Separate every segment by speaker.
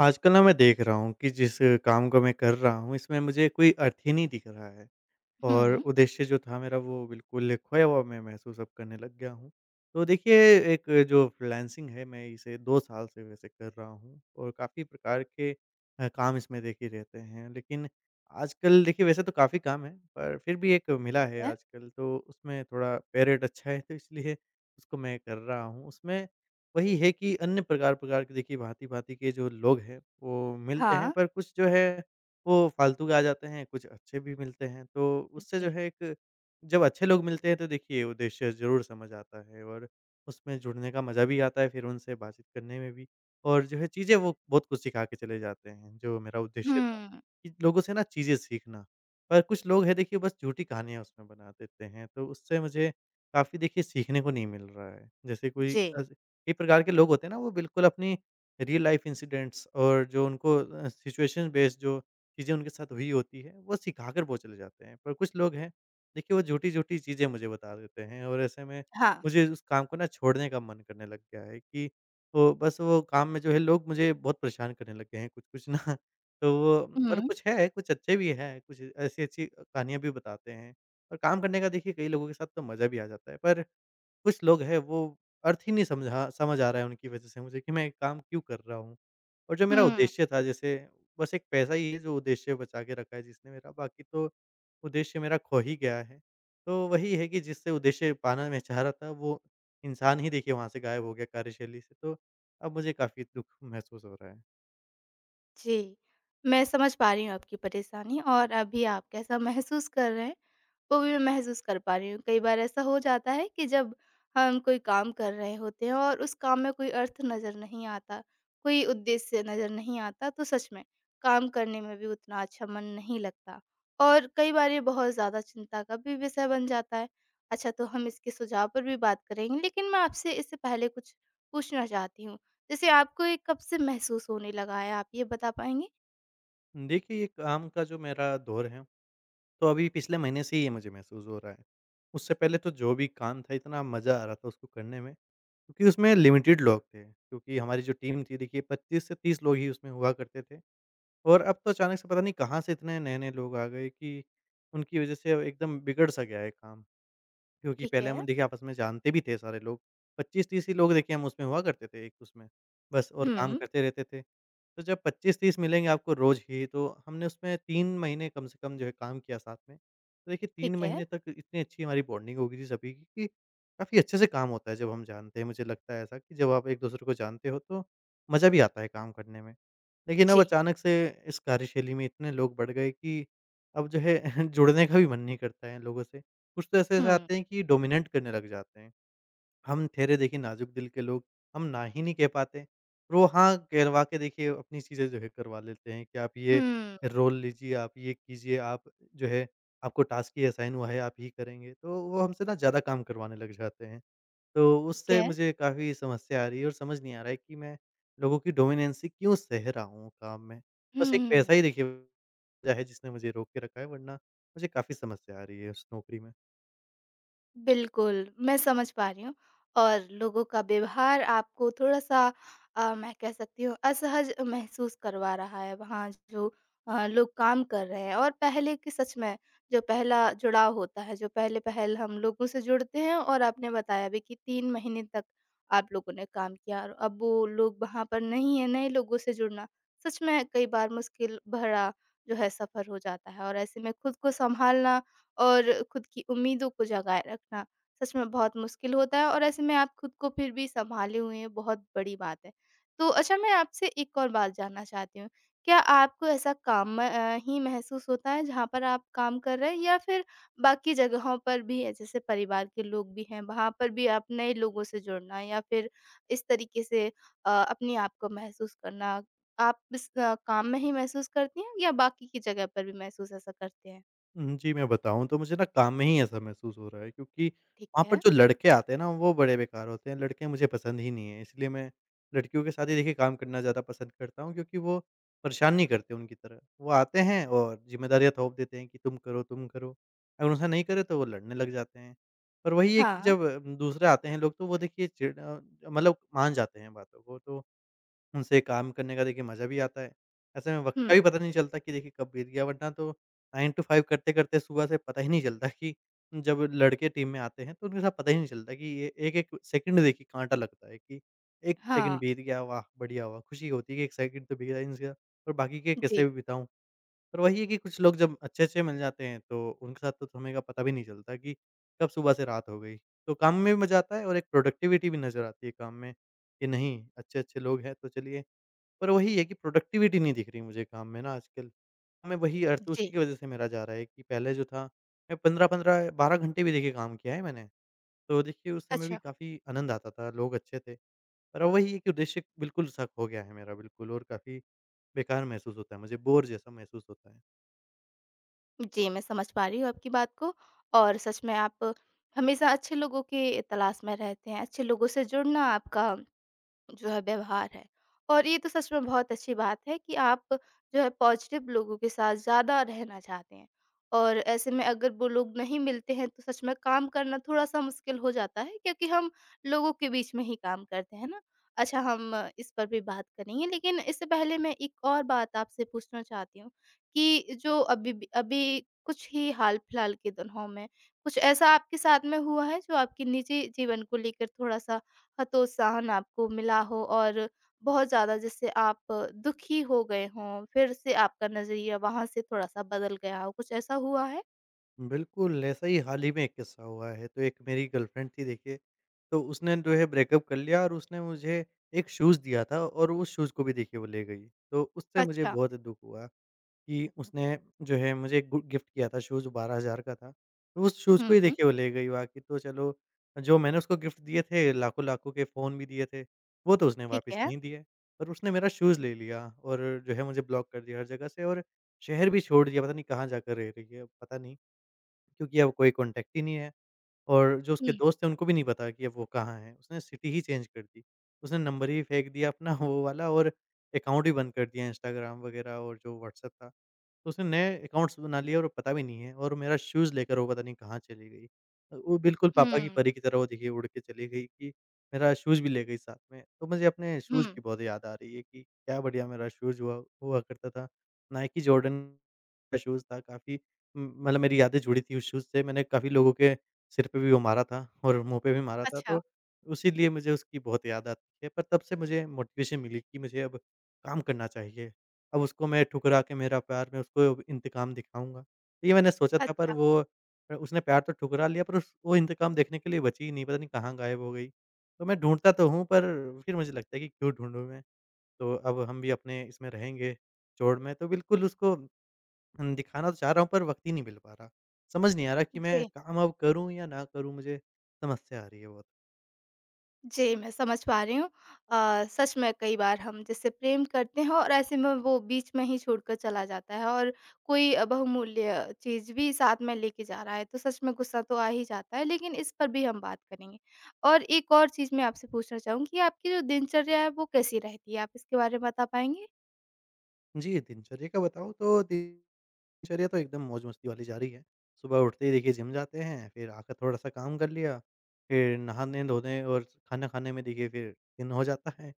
Speaker 1: आजकल ना मैं देख रहा हूँ कि जिस काम को मैं कर रहा हूँ इसमें मुझे कोई अर्थ ही नहीं दिख रहा है। और
Speaker 2: हुँ।
Speaker 1: उद्देश्य जो था मेरा वो बिल्कुल खोया हुआ मैं महसूस अब करने लग गया हूँ। तो देखिए, एक जो फ्रीलांसिंग है मैं इसे 2 साल से वैसे कर रहा हूँ और काफ़ी प्रकार के काम इसमें देखिए रहते हैं। लेकिन आजकल देखिए वैसे तो काफ़ी काम है, पर फिर भी एक मिला है
Speaker 2: है,
Speaker 1: आजकल, तो उसमें थोड़ा पे रेट अच्छा है, तो इसलिए उसको मैं कर रहा हूँ। उसमें वही है कि अन्य प्रकार-प्रकार के देखिए भाँति-भाँति के जो लोग हैं वो मिलते हैं,
Speaker 2: हाँ।
Speaker 1: पर कुछ जो है वो फालतू के आ जाते हैं, कुछ अच्छे भी मिलते हैं। तो उससे जो
Speaker 2: जी।
Speaker 1: है एक, जब अच्छे लोग मिलते हैं तो देखिए उद्देश्य ज़रूर समझ आता है और उसमें जुड़ने का मज़ा भी आता है फिर उनसे बातचीत करने में भी। और जो है चीज़ें वो बहुत कुछ सिखा के चले जाते हैं, जो मेरा उद्देश्य था
Speaker 2: हुँ,
Speaker 1: कि लोगों से ना चीज़ें सीखना। पर कुछ लोग हैं देखिए बस झूठी कहानियाँ उसमें बना देते हैं, तो उससे मुझे काफ़ी देखिए सीखने को नहीं मिल रहा है। जैसे कोई
Speaker 2: जी,
Speaker 1: कई प्रकार के लोग होते हैं ना, वो बिल्कुल अपनी रियल लाइफ़ इंसिडेंट्स और जो उनको सिचुएशन बेस्ड जो चीज़ें उनके साथ हुई होती है, वो सिखा कर वो चले जाते हैं। पर कुछ लोग हैं, देखिए वो झूठी-झूठी चीज़ें मुझे बता देते हैं और ऐसे में
Speaker 2: हाँ।
Speaker 1: मुझे उस काम को ना छोड़ने का मन करने लग गया है कि वो बस वो काम में जो है लोग मुझे बहुत परेशान करने लग गए हैं कुछ-कुछ ना। तो वो मतलब
Speaker 2: हुँ,
Speaker 1: कुछ है, कुछ अच्छे भी हैं, कुछ ऐसी-अच्छी कहानियाँ भी बताते हैं और काम करने का देखिए कई लोगों के साथ तो मज़ा भी आ जाता है। पर कुछ लोग हैं वो अर्थ ही नहीं समझ आ रहा है उनकी वज़ह से मुझे कि मैं काम क्यों कर रहा हूँ? और जो मेरा
Speaker 2: हुँ,
Speaker 1: उद्देश्य था जैसे बस एक पैसा ही है जो उद्देश्य बचा के रखा है जिसने मेरा, बाकी तो उद्देश्य मेरा खो ही गया है। तो वही है कि जिससे उद्देश्य पाना मैं चाह रहा था वो इंसान ही देखिए वहाँ से गायब हो गया कार्यशैली से, तो अब मुझे काफ़ी दुःख महसूस हो रहा है।
Speaker 2: जी। मैं समझ पा रही हूँ आपकी परेशानी और अभी आप कैसा महसूस कर रहे हैं। वो भी मैं महसूस कर पा रही हूँ। कई बार ऐसा हो जाता है कि जब हम कोई काम कर रहे होते हैं और उस काम में कोई अर्थ नज़र नहीं आता, कोई उद्देश्य नज़र नहीं आता, तो सच में काम करने में भी उतना अच्छा मन नहीं लगता और कई बार ये बहुत ज़्यादा चिंता का भी विषय बन जाता है। अच्छा तो हम इसके सुझाव पर भी बात करेंगे, लेकिन मैं आपसे इससे पहले कुछ पूछना चाहती हूँ। जैसे आपको ये कब से महसूस होने लगा है, आप ये बता पाएँगे?
Speaker 1: देखिए ये काम का जो मेरा दौर है, तो अभी पिछले महीने से ही ये मुझे महसूस हो रहा है। उससे पहले तो जो भी काम था इतना मज़ा आ रहा था उसको करने में, क्योंकि उसमें लिमिटेड लोग थे, क्योंकि हमारी जो टीम थी देखिए 25 से 30 लोग ही उसमें हुआ करते थे। और अब तो अचानक से पता नहीं कहाँ से इतने नए-नए लोग आ गए कि उनकी वजह से अब एकदम बिगड़ सा गया है काम। क्योंकि
Speaker 2: ठीक
Speaker 1: पहले
Speaker 2: है।
Speaker 1: हम देखिए आपस में जानते भी थे सारे लोग, 25-30 ही लोग देखिए हम उसमें हुआ करते थे एक उसमें, बस और काम
Speaker 2: हुँ,
Speaker 1: करते रहते थे। तो जब 25-30 मिलेंगे आपको रोज़ ही, तो हमने उसमें 3 महीने कम से कम जो है काम किया साथ में। तो देखिए 3
Speaker 2: ठीक है।
Speaker 1: महीने तक इतनी अच्छी हमारी बॉन्डिंग हो गई थी सभी की कि काफ़ी अच्छे से काम होता है जब हम जानते हैं, मुझे लगता है ऐसा कि जब आप एक-दूसरे को जानते हो तो मज़ा भी आता है काम करने में। लेकिन अब
Speaker 2: जी।
Speaker 1: अचानक से इस कार्यशैली में इतने लोग बढ़ गए कि अब जो है जुड़ने का भी मन नहीं करता है इन लोगों से। कुछ तो ऐसे ऐसे
Speaker 2: हुँ,
Speaker 1: आते हैं कि डोमिनेट करने लग जाते हैं। हम ठहरे देखिए नाज़ुक दिल के लोग, हम ना ही नहीं कह पाते। और वो हाँ कहलवा के देखिए अपनी चीज़ें जो है करवा लेते हैं कि आप ये
Speaker 2: हुँ,
Speaker 1: रोल लीजिए, आप ये कीजिए, आप जो है आपको टास्क ही असाइन हुआ है, आप ही करेंगे। तो वो हमसे ना ज़्यादा काम करवाने लग जाते हैं। तो
Speaker 2: ठीक
Speaker 1: उससे
Speaker 2: है।
Speaker 1: मुझे काफ़ी समस्या आ रही है और समझ नहीं आ रहा है कि मैं लोगों की डोमिनेंसी क्यों सह रहा हूँ काम में। बस एक पैसा ही
Speaker 2: हुँ,
Speaker 1: देखिए वजह है जिसने मुझे रोक के रखा है, वरना मुझे काफ़ी समस्या आ रही है उस नौकरी में।
Speaker 2: बिल्कुल, मैं समझ पा रही हूँ और लोगों का व्यवहार आपको थोड़ा-सा मैं कह सकती हूँ असहज महसूस करवा रहा है, वहाँ जो लोग काम कर रहे हैं और पहले की सच में जो पहला जुड़ाव होता है, जो पहले-पहल हम लोगों से जुड़ते हैं और आपने बताया भी कि 3 महीने तक आप लोगों ने काम किया और अब वो लोग वहाँ पर नहीं हैं, नए लोगों से जुड़ना सच में कई बार मुश्किल भरा जो है सफ़र हो जाता है और ऐसे में खुद को सँभालना और खुद की उम्मीदों को जगाए रखना सच में बहुत मुश्किल होता है और ऐसे में आप खुद को फिर भी संभाले हुए हैं, बहुत बड़ी बात है। तो अच्छा मैं आपसे एक और बात जानना चाहती हूँ, क्या आपको ऐसा काम में, ही महसूस होता है जहाँ पर आप काम कर रहे हैं या फिर बाकी जगहों पर भी है जैसे परिवार के लोग भी हैं, वहाँ पर भी आप नए लोगों से जुड़ना या फिर इस तरीके से अपने आप को महसूस करना, आप इस काम में ही महसूस करती हैं या बाकी की जगह पर भी महसूस ऐसा करते हैं?
Speaker 1: जी, मैं बताऊँ तो मुझे ना काम में ही ऐसा महसूस हो रहा है, क्योंकि
Speaker 2: ठीक
Speaker 1: वहाँ पर
Speaker 2: है।
Speaker 1: जो लड़के आते हैं ना, वो बड़े बेकार होते हैं, लड़के मुझे पसंद ही नहीं हैं। इसलिए मैं लड़कियों के साथ ही देखिए काम करना ज़्यादा पसंद करता हूँ, क्योंकि वो परेशान नहीं करते उनकी तरह। वो आते हैं और ज़िम्मेदारियाँ थोप देते हैं कि तुम करो, तुम करो। अगर ऐसा नहीं करे तो वो लड़ने लग जाते हैं। पर वही है कि
Speaker 2: हाँ,
Speaker 1: जब दूसरे आते हैं लोग तो वो देखिए चिढ़, मतलब मान जाते हैं बातों को, तो उनसे काम करने का देखिए मज़ा भी आता है। ऐसे में वक़्त का भी
Speaker 2: हुँ,
Speaker 1: पता नहीं चलता कि देखिए कब बीत गया, वरना तो 9 टू 5 करते-करते सुबह से पता ही नहीं चलता कि जब लड़के टीम में आते हैं तो उनके साथ पता ही नहीं चलता कि ये एक-एक सेकंड देखिए काँटा लगता है कि 1 सेकंड
Speaker 2: हाँ,
Speaker 1: बीत गया, वाह! बढ़िया हुआ। खुशी होती है कि 1 सेकंड तो बीता इनसे, और बाकी के कैसे
Speaker 2: जी,
Speaker 1: भी बिताऊँ। पर वही है कि कुछ लोग जब अच्छे-अच्छे मिल जाते हैं तो उनके साथ तो समय का पता भी नहीं चलता कि कब सुबह से रात हो गई। तो काम में भी मज़ा आता है और एक प्रोडक्टिविटी भी नज़र आती है काम में कि नहीं, अच्छे-अच्छे लोग हैं तो चलिए। पर वही है कि प्रोडक्टिविटी नहीं दिख रही मुझे काम में ना आजकल। मैं वही तो उसी
Speaker 2: जी।
Speaker 1: की वज़ह से मेरा जा रहा है कि पहले जो था, मैं 15-15 12 घंटे भी देखिए काम किया है मैंने। तो देखिए उस समय भी
Speaker 2: अच्छा,
Speaker 1: काफ़ी आनंद आता था, लोग अच्छे थे। पर अब वही है कि उद्देश्य बिल्कुल सा खो गया है मेरा बिल्कुल, और काफ़ी बेकार महसूस होता है मुझे, बोर जैसा महसूस होता है।
Speaker 2: जी, मैं समझ पा रही हूँ आपकी बात को और सच में आप हमेशा अच्छे लोगों की तलाश में रहते हैं, अच्छे लोगों से जुड़ना आपका जो है व्यवहार है। और ये तो सच में बहुत अच्छी बात है कि आप जो है पॉज़िटिव लोगों के साथ ज़्यादा रहना चाहते हैं। और ऐसे में अगर वो लोग नहीं मिलते हैं तो सच में काम करना थोड़ा-सा मुश्किल हो जाता है क्योंकि हम लोगों के बीच में ही काम करते हैं ना। अच्छा हम इस पर भी बात करेंगे लेकिन इससे पहले मैं एक और बात आपसे पूछना चाहती हूँ कि जो अभी कुछ ही हाल-फिलहाल के दिनों में कुछ ऐसा आपके साथ में हुआ है जो आपके निजी जीवन को लेकर थोड़ा-सा हतोत्साहन आपको मिला हो और बहुत ज़्यादा जैसे आप दुखी हो गए हों, फिर से आपका नज़रिया वहाँ से थोड़ा-सा बदल गया हो, कुछ ऐसा हुआ है?
Speaker 1: बिल्कुल, ऐसा ही हाल ही में एक किस्सा हुआ है। तो एक मेरी गर्लफ्रेंड थी देखिए, तो उसने जो है ब्रेकअप कर लिया और उसने मुझे एक शूज़ दिया था और उस शूज़ को भी देखिए वो ले गई। तो उससे मुझे
Speaker 2: अच्छा।
Speaker 1: बहुत दुःख हुआ। कि उसने जो है मुझे गु गिफ्ट किया था शूज़ 12,000 का था। तो उस शूज़ को
Speaker 2: हुँ,
Speaker 1: ही
Speaker 2: हुँ।
Speaker 1: देखिए वो ले गई, बाकी तो चलो, जो मैंने उसको गिफ्ट दिए थे लाखों-लाखों के फ़ोन भी दिए थे, वो तो उसने
Speaker 2: ठीक
Speaker 1: वापस
Speaker 2: है।
Speaker 1: नहीं दिए। पर उसने मेरा शूज़ ले लिया और जो है मुझे ब्लॉक कर दिया हर जगह से और शहर भी छोड़ दिया, पता नहीं कहाँ जाकर रह रही है अब, पता नहीं, क्योंकि अब कोई कॉन्टैक्ट ही नहीं है और जो
Speaker 2: हुँ,
Speaker 1: उसके दोस्त हैं उनको भी नहीं पता कि अब वो कहाँ है। उसने सिटी ही चेंज कर दी। उसने नंबर ही फेंक दिया अपना वो वाला, और अकाउंट भी बंद कर दिया इंस्टाग्राम वगैरह और जो व्हाट्सएप था। तो उसने नए अकाउंट्स बना लिए और पता भी नहीं है और मेरा शूज़ लेकर वो पता नहीं कहाँ चली गई। वो बिल्कुल पापा की
Speaker 2: हुँ,
Speaker 1: परी की तरह वो देखिए उड़ के चली गई कि मेरा शूज़ भी ले गई साथ में। तो मुझे अपने
Speaker 2: हुँ।
Speaker 1: शूज़ की बहुत याद आ रही है कि क्या बढ़िया मेरा शूज़ हुआ हुआ करता था। नाइकी जॉर्डन का शूज़ था काफ़ी मतलब मेरी यादें जुड़ी थी उस शूज़ से, मैंने काफ़ी लोगों के सिर पे भी वो मारा था और मुँह पे भी मारा था,
Speaker 2: अच्छा,
Speaker 1: तो उसी लिए मुझे उसकी बहुत याद आती है। पर तब से मुझे मोटिवेशन मिली कि मुझे अब काम करना चाहिए, अब उसको मैं ठुकरा के, मेरा प्यार, मैं उसको अब इंतकाम दिखाऊँगा। तो ये मैंने सोचा था, पर
Speaker 2: अच्छा।
Speaker 1: वो उसने प्यार तो ठुकरा लिया, पर उस वो इंतकाम देखने के लिए बची ही नहीं, पता नहीं कहाँ गायब हो गई। तो मैं ढूँढता तो हूँ, पर फिर मुझे लगता है कि क्यों ढूँढूँ मैं, तो अब हम भी अपने इसमें रहेंगे, जोड़ में, तो बिल्कुल उसको दिखाना तो चाह रहा हूँ, पर वक़्त ही नहीं मिल पा रहा। समझ नहीं आ रहा कि मैं
Speaker 2: जी।
Speaker 1: काम अब करूँ या ना करूँ, मुझे समस्या आ रही है बहुत।
Speaker 2: जी, मैं समझ पा रही हूँ। सच में कई बार हम जिससे प्रेम करते हैं और ऐसे में वो बीच में ही छोड़कर चला जाता है और कोई बहुमूल्य चीज़ भी साथ में लेके जा रहा है, तो सच में गुस्सा तो आ ही जाता है, लेकिन इस पर भी हम बात करेंगे। और एक और चीज़ मैं आपसे पूछना चाहूँगी, आपकी जो दिनचर्या है वो कैसी रहती है? आप इसके बारे में बता पाएँगे?
Speaker 1: जी, दिनचर्या का बताऊँ तो दिनचर्या तो एकदम मौज-मस्ती वाली जा रही है। सुबह उठते ही देखिए जिम जाते हैं, फिर आकर थोड़ा-सा काम कर लिया, फिर नहाने-धोने और खाना खाने में देखिए फिर दिन हो जाता है।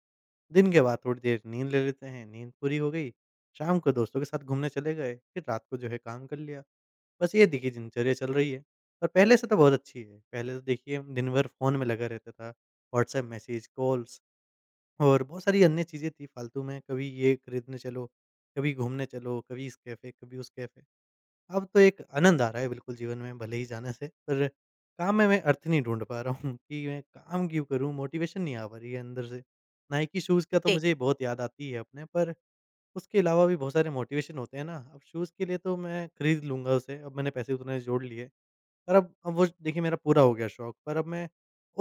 Speaker 1: दिन के बाद थोड़ी देर नींद ले लेते हैं, नींद पूरी हो गई, शाम को दोस्तों के साथ घूमने चले गए, फिर रात को जो है काम कर लिया। बस ये देखिए दिनचर्या चल रही है और पहले से तो बहुत अच्छी है। पहले तो देखिए दिन भर फ़ोन में लगा रहता था, व्हाट्सएप मैसेज, कॉल्स और बहुत सारी अन्य चीज़ें थी फालतू में, कभी ये खरीदने चलो, कभी घूमने चलो, कभी इस कैफ़े, कभी उस कैफ़े। अब तो एक आनंद आ रहा है बिल्कुल जीवन में भले ही जाने से, पर काम में मैं अर्थ नहीं ढूँढ पा रहा हूँ कि मैं काम क्यों करूँ? मोटिवेशन नहीं आ पा रही है अंदर से। नाइकी शूज़ का तो
Speaker 2: जी।
Speaker 1: मुझे बहुत याद आती है अपने, पर उसके अलावा भी बहुत सारे मोटिवेशन होते हैं ना, अब शूज़ के लिए तो मैं खरीद लूँगा उसे, अब मैंने पैसे उतने जोड़ लिए। और अब वो देखिए मेरा पूरा हो गया शौक, पर अब मैं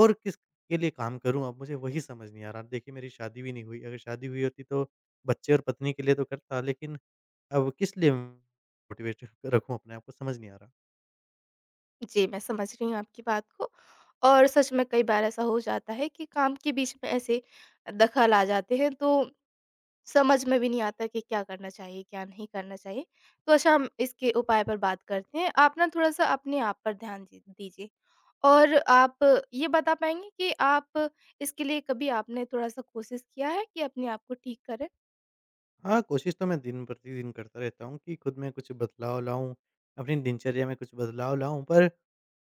Speaker 1: और किसके लिए काम करूँ, अब मुझे वही समझ नहीं आ रहा। देखिए मेरी शादी भी नहीं हुई, अगर शादी हुई होती तो बच्चे और पत्नी के लिए तो करता, लेकिन अब किस लिए मोटिवेट रखूँ अपने आप को, समझ नहीं आ रहा।
Speaker 2: जी, मैं समझ रही हूँ आपकी बात को और सच में कई बार ऐसा हो जाता है कि काम के बीच में ऐसे दखल आ जाते हैं तो समझ में भी नहीं आता कि क्या करना चाहिए, क्या नहीं करना चाहिए। तो अच्छा हम इसके उपाय पर बात करते हैं। आप ना थोड़ा-सा अपने आप पर ध्यान जी दीजिए और आप ये बता पाएँगे कि आप इसके लिए कभी आपने थोड़ा-सा कोशिश किया है कि अपने आप को ठीक करें?
Speaker 1: हाँ, कोशिश तो मैं दिन प्रतिदिन करता रहता हूँ कि खुद में कुछ बदलाव लाऊँ, अपनी दिनचर्या में कुछ बदलाव लाऊँ, पर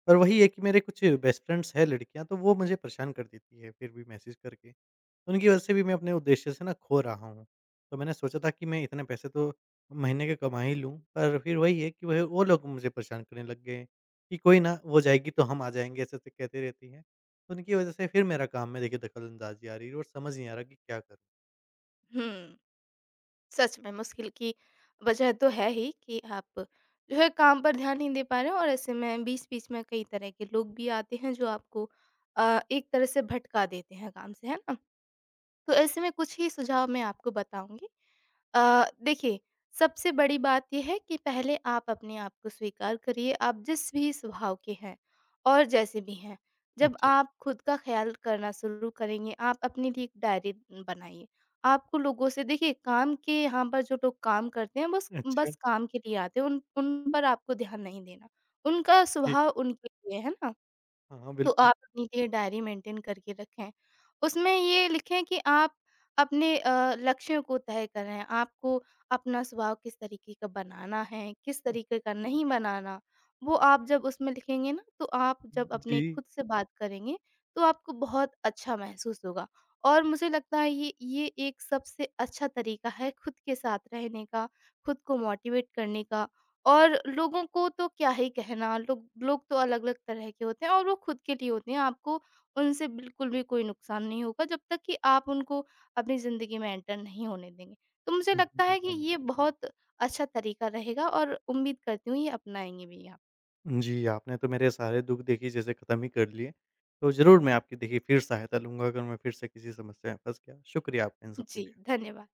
Speaker 1: पर वही है कि मेरे कुछ बेस्ट फ्रेंड्स हैं लड़कियाँ, तो वो मुझे परेशान कर देती है फिर भी मैसेज करके। तो उनकी वजह से भी मैं अपने उद्देश्य से ना खो रहा हूँ। तो मैंने सोचा था कि मैं इतने पैसे तो महीने के कमा ही लूँ, पर फिर वही है कि वह वो लोग मुझे परेशान करने लग गए, कि कोई ना वो जाएगी तो हम आ जाएँगे, ऐसे-ऐसे कहती रहती हैं। तो उनकी वजह से फिर मेरा काम में देखिए दखलअंदाज़ी आ रही है और समझ नहीं आ रहा कि क्या करूँ?
Speaker 2: हुँ, सच में मुश्किल की वजह तो है ही कि आप जो है काम पर ध्यान नहीं दे पा रहे हो और ऐसे में बीच-बीच में कई तरह के लोग भी आते हैं जो आपको एक तरह से भटका देते हैं काम से, है ना? तो ऐसे में कुछ ही सुझाव मैं आपको बताऊँगी। देखिए, सबसे बड़ी बात ये है कि पहले आप अपने आप को स्वीकार करिए, आप जिस भी स्वभाव के हैं और जैसे भी हैं। जब
Speaker 1: अच्छा,
Speaker 2: आप खुद का ख़्याल करना शुरू करेंगे, आप अपने लिए एक डायरी बनाइए। आपको लोगों से देखिए, काम के यहाँ पर जो लोग काम करते हैं, बस
Speaker 1: अच्छा,
Speaker 2: बस काम के लिए आते हैं, उन उन पर आपको ध्यान नहीं देना। उनका
Speaker 1: ठीक।
Speaker 2: स्वभाव उनके लिए है ना?
Speaker 1: हाँ, हाँ,
Speaker 2: तो
Speaker 1: बिल्कुल।
Speaker 2: आप अपनी लिए डायरी मेंटेन करके रखें। उसमें ये लिखें कि आप अपने लक्ष्यों को तय करें। आपको अपना स्वभाव किस तरीके का बनाना है, किस तरीके का नहीं बनाना, वो आप जब उसमें लिखेंगे ना, तो आप जब
Speaker 1: जी,
Speaker 2: अपने खुद से बात करेंगे, तो आपको बहुत अच्छा महसूस होगा। और मुझे लगता है ये एक सबसे अच्छा तरीका है खुद के साथ रहने का, खुद को मोटिवेट करने का और लोगों को तो क्या ही कहना, लोग लोग तो अलग-अलग तरह के होते हैं और वो खुद के लिए होते हैं, आपको उनसे बिल्कुल भी कोई नुकसान नहीं होगा जब तक कि आप उनको अपनी ज़िंदगी में एंटर नहीं होने देंगे। तो मुझे लगता है कि
Speaker 1: बिल्कुल।
Speaker 2: ये बहुत अच्छा तरीका रहेगा और उम्मीद करती हूँ ये अपनाएँगे भी आप।
Speaker 1: जी, आपने तो मेरे सारे दुःख देखिए जैसे ख़त्म ही कर लिए। तो ज़रूर मैं आपकी देखिए फिर सहायता लूँगा अगर मैं फिर से किसी समस्या में फँस गया। शुक्रिया आपका इन सब के
Speaker 2: जी,
Speaker 1: लिए।
Speaker 2: धन्यवाद।